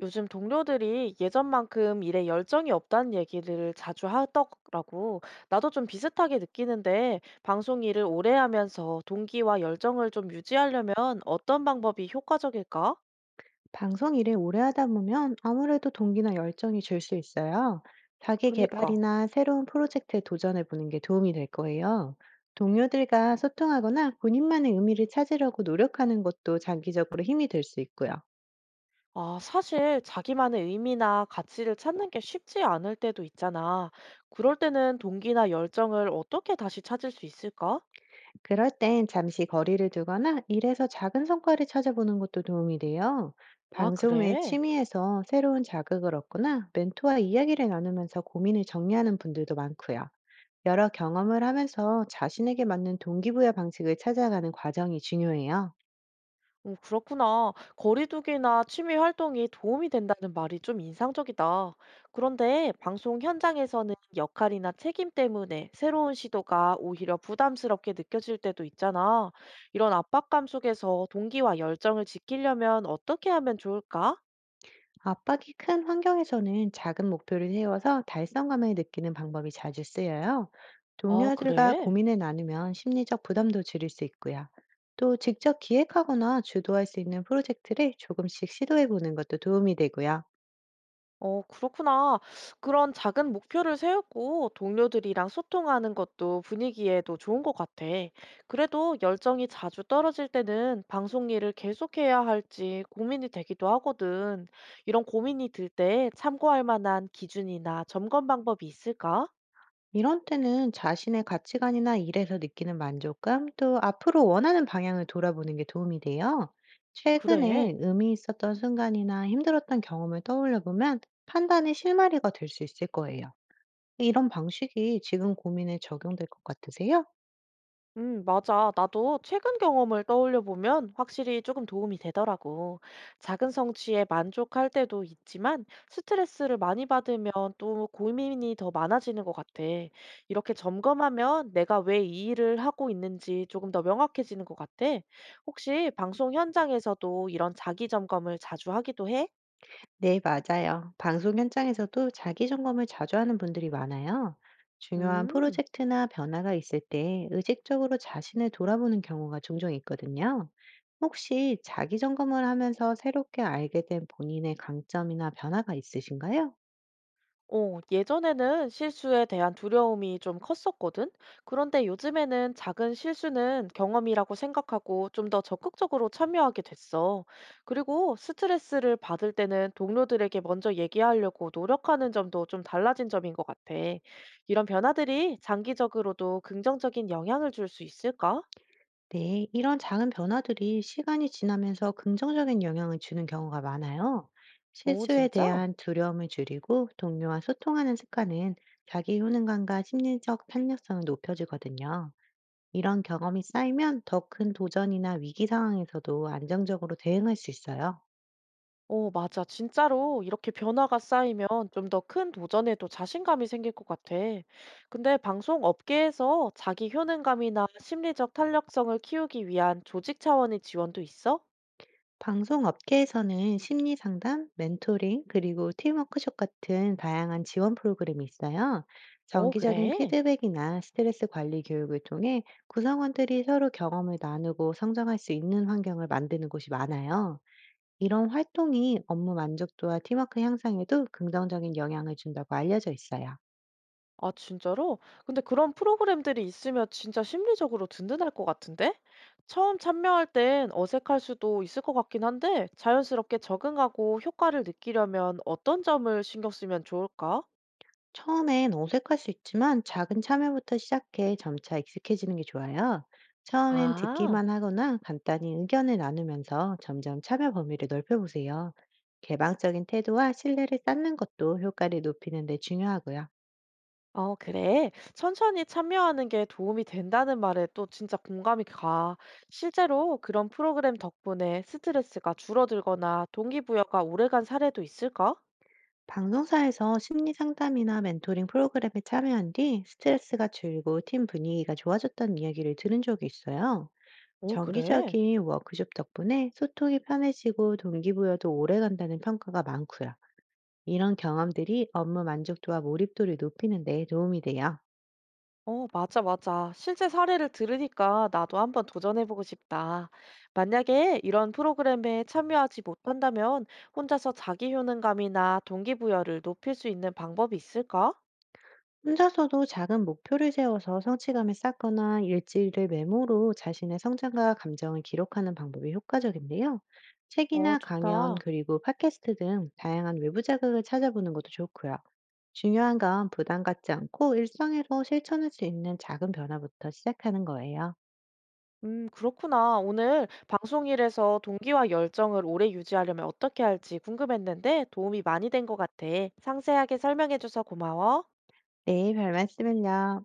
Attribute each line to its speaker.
Speaker 1: 요즘 동료들이 예전만큼 일에 열정이 없다는 얘기를 자주 하더라고. 나도 좀 비슷하게 느끼는데, 방송 일을 오래 하면서 동기와 열정을 좀 유지하려면 어떤 방법이 효과적일까?
Speaker 2: 방송 일을 오래 하다 보면 아무래도 동기나 열정이 줄 수 있어요. 자기
Speaker 1: 그니까.
Speaker 2: 개발이나 새로운 프로젝트에 도전해 보는 게 도움이 될 거예요. 동료들과 소통하거나 본인만의 의미를 찾으려고 노력하는 것도 장기적으로 힘이 될 수 있고요.
Speaker 1: 아, 사실 자기만의 의미나 가치를 찾는 게 쉽지 않을 때도 있잖아. 그럴 때는 동기나 열정을 어떻게 다시 찾을 수 있을까?
Speaker 2: 그럴 땐 잠시 거리를 두거나 일에서 작은 성과를 찾아보는 것도 도움이 돼요.
Speaker 1: 아,
Speaker 2: 방송 외
Speaker 1: 그래?
Speaker 2: 취미에서 새로운 자극을 얻거나 멘토와 이야기를 나누면서 고민을 정리하는 분들도 많고요. 여러 경험을 하면서 자신에게 맞는 동기부여 방식을 찾아가는 과정이 중요해요.
Speaker 1: 어, 그렇구나. 거리두기나 취미 활동이 도움이 된다는 말이 좀 인상적이다. 그런데 방송 현장에서는 역할이나 책임 때문에 새로운 시도가 오히려 부담스럽게 느껴질 때도 있잖아. 이런 압박감 속에서 동기와 열정을 지키려면 어떻게 하면 좋을까?
Speaker 2: 압박이 큰 환경에서는 작은 목표를 세워서 달성감을 느끼는 방법이 자주 쓰여요.
Speaker 1: 아,
Speaker 2: 동료들과
Speaker 1: 그래?
Speaker 2: 고민을 나누면 심리적 부담도 줄일 수 있고요. 또 직접 기획하거나 주도할 수 있는 프로젝트를 조금씩 시도해 보는 것도 도움이 되고요.
Speaker 1: 어, 그렇구나. 그런 작은 목표를 세우고 동료들이랑 소통하는 것도 분위기에도 좋은 것 같아. 그래도 열정이 자주 떨어질 때는 방송 일을 계속해야 할지 고민이 되기도 하거든. 이런 고민이 들 때 참고할 만한 기준이나 점검 방법이 있을까?
Speaker 2: 이런 때는 자신의 가치관이나 일에서 느끼는 만족감, 또 앞으로 원하는 방향을 돌아보는 게 도움이 돼요. 최근에
Speaker 1: 그래.
Speaker 2: 의미 있었던 순간이나 힘들었던 경험을 떠올려 보면 판단의 실마리가 될 수 있을 거예요. 이런 방식이 지금 고민에 적용될 것 같으세요?
Speaker 1: 맞아. 나도 최근 경험을 떠올려 보면 확실히 조금 도움이 되더라고. 작은 성취에 만족할 때도 있지만 스트레스를 많이 받으면 또 고민이 더 많아지는 것 같아. 이렇게 점검하면 내가 왜 이 일을 하고 있는지 조금 더 명확해지는 것 같아. 혹시 방송 현장에서도 이런 자기 점검을 자주 하기도 해?
Speaker 2: 네, 맞아요. 방송 현장에서도 자기 점검을 자주 하는 분들이 많아요. 중요한
Speaker 1: 음.
Speaker 2: 프로젝트나 변화가 있을 때 의식적으로 자신을 돌아보는 경우가 종종 있거든요. 혹시 자기 점검을 하면서 새롭게 알게 된 본인의 강점이나 변화가 있으신가요?
Speaker 1: 어, 예전에는 실수에 대한 두려움이 좀 컸었거든. 그런데 요즘에는 작은 실수는 경험이라고 생각하고 좀 더 적극적으로 참여하게 됐어. 그리고 스트레스를 받을 때는 동료들에게 먼저 얘기하려고 노력하는 점도 좀 달라진 점인 것 같아. 이런 변화들이 장기적으로도 긍정적인 영향을 줄 수 있을까?
Speaker 2: 네, 이런 작은 변화들이 시간이 지나면서 긍정적인 영향을 주는 경우가 많아요.
Speaker 1: 어,
Speaker 2: 실수에
Speaker 1: 진짜?
Speaker 2: 대한 두려움을 줄이고 동료와 소통하는 습관은 자기 효능감과 심리적 탄력성을 높여주거든요. 이런 경험이 쌓이면 더 큰 도전이나 위기 상황에서도 안정적으로 대응할 수 있어요.
Speaker 1: 어, 맞아. 진짜로 이렇게 변화가 쌓이면 좀 더 큰 도전에도 자신감이 생길 것 같아. 근데 방송 업계에서 자기 효능감이나 심리적 탄력성을 키우기 위한 조직 차원의 지원도 있어?
Speaker 2: 방송 업계에서는 심리 상담, 멘토링, 그리고 팀 워크숍 같은 다양한 지원 프로그램이 있어요.
Speaker 1: 어,
Speaker 2: 정기적인
Speaker 1: 그래?
Speaker 2: 피드백이나 스트레스 관리 교육을 통해 구성원들이 서로 경험을 나누고 성장할 수 있는 환경을 만드는 곳이 많아요. 이런 활동이 업무 만족도와 팀워크 향상에도 긍정적인 영향을 준다고 알려져 있어요.
Speaker 1: 아, 진짜로? 근데 그런 프로그램들이 있으면 진짜 심리적으로 든든할 것 같은데? 처음 참여할 땐 어색할 수도 있을 것 같긴 한데, 자연스럽게 적응하고 효과를 느끼려면 어떤 점을 신경 쓰면 좋을까?
Speaker 2: 처음엔 어색할 수 있지만 작은 참여부터 시작해 점차 익숙해지는 게 좋아요. 처음엔
Speaker 1: 아.
Speaker 2: 듣기만 하거나 간단히 의견을 나누면서 점점 참여 범위를 넓혀보세요. 개방적인 태도와 신뢰를 쌓는 것도 효과를 높이는 데 중요하고요.
Speaker 1: 어, 그래. 천천히 참여하는 게 도움이 된다는 말에 또 진짜 공감이 가. 실제로 그런 프로그램 덕분에 스트레스가 줄어들거나 동기부여가 오래간 사례도 있을까?
Speaker 2: 방송사에서 심리 상담이나 멘토링 프로그램에 참여한 뒤 스트레스가 줄고 팀 분위기가 좋아졌다는 이야기를 들은 적이 있어요.
Speaker 1: 어, 그래.
Speaker 2: 정기적인 워크숍 덕분에 소통이 편해지고 동기부여도 오래 간다는 평가가 많고요. 이런 경험들이 업무 만족도와 몰입도를 높이는 데 도움이 돼요.
Speaker 1: 어, 맞아, 맞아. 실제 사례를 들으니까 나도 한번 도전해보고 싶다. 만약에 이런 프로그램에 참여하지 못한다면 혼자서 자기 효능감이나 동기부여를 높일 수 있는 방법이 있을까?
Speaker 2: 혼자서도 작은 목표를 세워서 성취감을 쌓거나 일지를 메모로 자신의 성장과 감정을 기록하는 방법이 효과적인데요.
Speaker 1: 어,
Speaker 2: 책이나 강연,
Speaker 1: 좋다.
Speaker 2: 그리고 팟캐스트 등 다양한 외부 자극을 찾아보는 것도 좋고요. 중요한 건 부담 갖지 않고 일상에서 실천할 수 있는 작은 변화부터 시작하는 거예요.
Speaker 1: 그렇구나. 오늘 방송일에서 동기와 열정을 오래 유지하려면 어떻게 할지 궁금했는데 도움이 많이 된 것 같아. 상세하게 설명해줘서 고마워.
Speaker 2: 네, 별 말씀을요.